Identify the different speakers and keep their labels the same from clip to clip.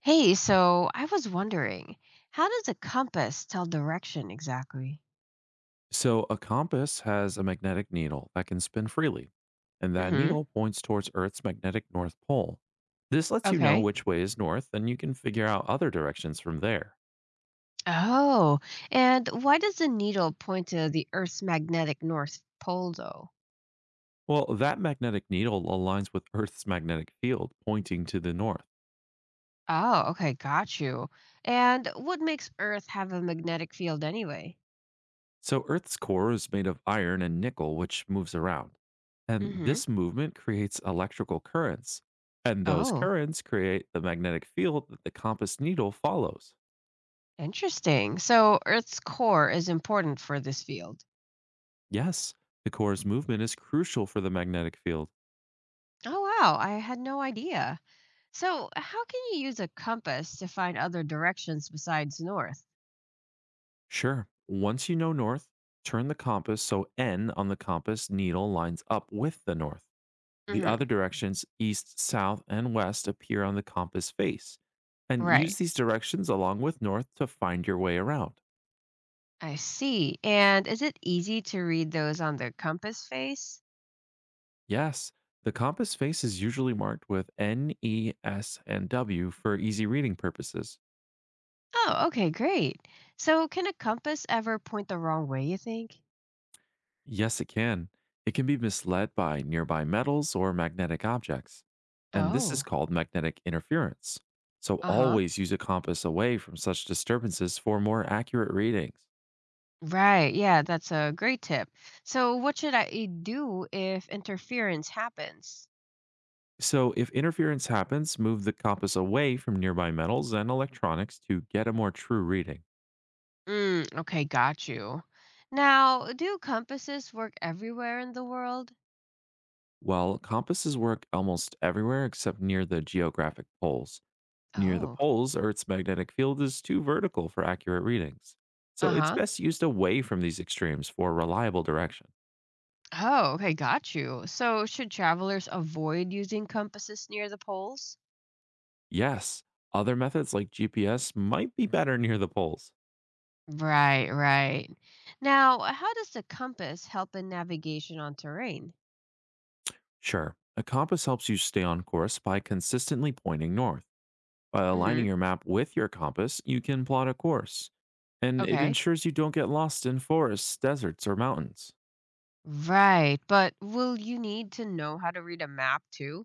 Speaker 1: Hey, so I was wondering, how does a compass tell direction exactly?
Speaker 2: So, a compass has a magnetic needle that can spin freely, and that
Speaker 1: Mm-hmm.
Speaker 2: needle points towards Earth's magnetic north pole. This lets you know
Speaker 1: Okay.
Speaker 2: which way is north, and you can figure out other directions from there.
Speaker 1: Oh, and why does the needle point to the Earth's magnetic north pole, though?
Speaker 2: Well, that magnetic needle aligns with Earth's magnetic field, pointing to the north.
Speaker 1: Oh, okay, got you. And what makes Earth have a magnetic field anyway?
Speaker 2: So, Earth's core is made of iron and nickel, which moves around. And
Speaker 1: Mm-hmm.
Speaker 2: this movement creates electrical currents, and those
Speaker 1: Oh,
Speaker 2: currents create the magnetic field that the compass needle follows.
Speaker 1: interesting. So Earth's core is important for this field.
Speaker 2: Yes, the core's movement is crucial for the magnetic field.
Speaker 1: Oh, wow, I had no idea. So, how can you use a compass to find other directions besides north?
Speaker 2: Sure, once you know north, turn the compass so N on the compass needle lines up with the north. The
Speaker 1: Mm-hmm.
Speaker 2: other directions, east, south, and west, appear on the compass face. And use
Speaker 1: Right.
Speaker 2: these directions along with north to find your way around.
Speaker 1: I see. And is it easy to read those on the compass face?
Speaker 2: Yes, the compass face is usually marked with N, E, S, and W for easy reading purposes.
Speaker 1: Oh, okay, great. So can a compass ever point the wrong way, you think?
Speaker 2: Yes, it can. It can be misled by nearby metals or magnetic objects. And this is
Speaker 1: Oh,
Speaker 2: called magnetic interference. So
Speaker 1: uh-huh.
Speaker 2: always use a compass away from such disturbances for more accurate readings.
Speaker 1: Right. Yeah, that's a great tip. So what should I do if interference happens?
Speaker 2: So if interference happens, move the compass away from nearby metals and electronics to get a more true reading.
Speaker 1: Mm, okay, got you. Now, do compasses work everywhere in the world?
Speaker 2: Well, compasses work almost everywhere except near the geographic poles. Near the
Speaker 1: Oh,
Speaker 2: poles, Earth's magnetic field is too vertical for accurate readings, so it's
Speaker 1: uh-huh.
Speaker 2: best used away from these extremes for reliable direction.
Speaker 1: Oh, okay, got you. So should travelers avoid using compasses near the poles?
Speaker 2: Yes, other methods like GPS might be better near the poles.
Speaker 1: Right, right. Now, how does the compass help in navigation on terrain?
Speaker 2: Sure, a compass helps you stay on course by consistently pointing north. By aligning
Speaker 1: Hmm.
Speaker 2: your map with your compass, you can plot a course, and it
Speaker 1: Okay.
Speaker 2: ensures you don't get lost in forests, deserts, or mountains.
Speaker 1: Right, but will you need to know how to read a map too?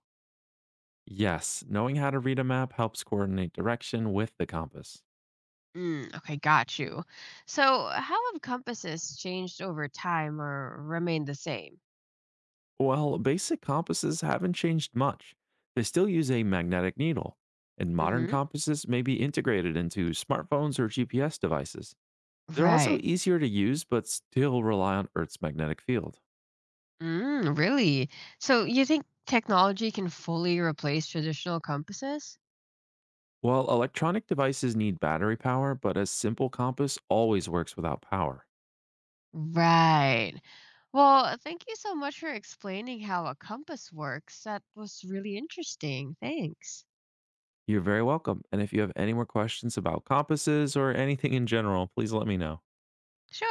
Speaker 2: Yes, knowing how to read a map helps coordinate direction with the compass.
Speaker 1: Mm, okay, got you. So, how have compasses changed over time or remained the same?
Speaker 2: Well, basic compasses haven't changed much. They still use a magnetic needle, and modern
Speaker 1: Hmm.
Speaker 2: compasses may be integrated into smartphones or GPS devices. They're also
Speaker 1: Right.
Speaker 2: easier to use but still rely on Earth's magnetic field.
Speaker 1: Mm, really? So, you think technology can fully replace traditional compasses?
Speaker 2: While electronic devices need battery power, but a simple compass always works without power.
Speaker 1: Right. Well, thank you so much for explaining how a compass works. That was really interesting. Thanks.
Speaker 2: You're very welcome. And if you have any more questions about compasses or anything in general, please let me know.
Speaker 1: Sure.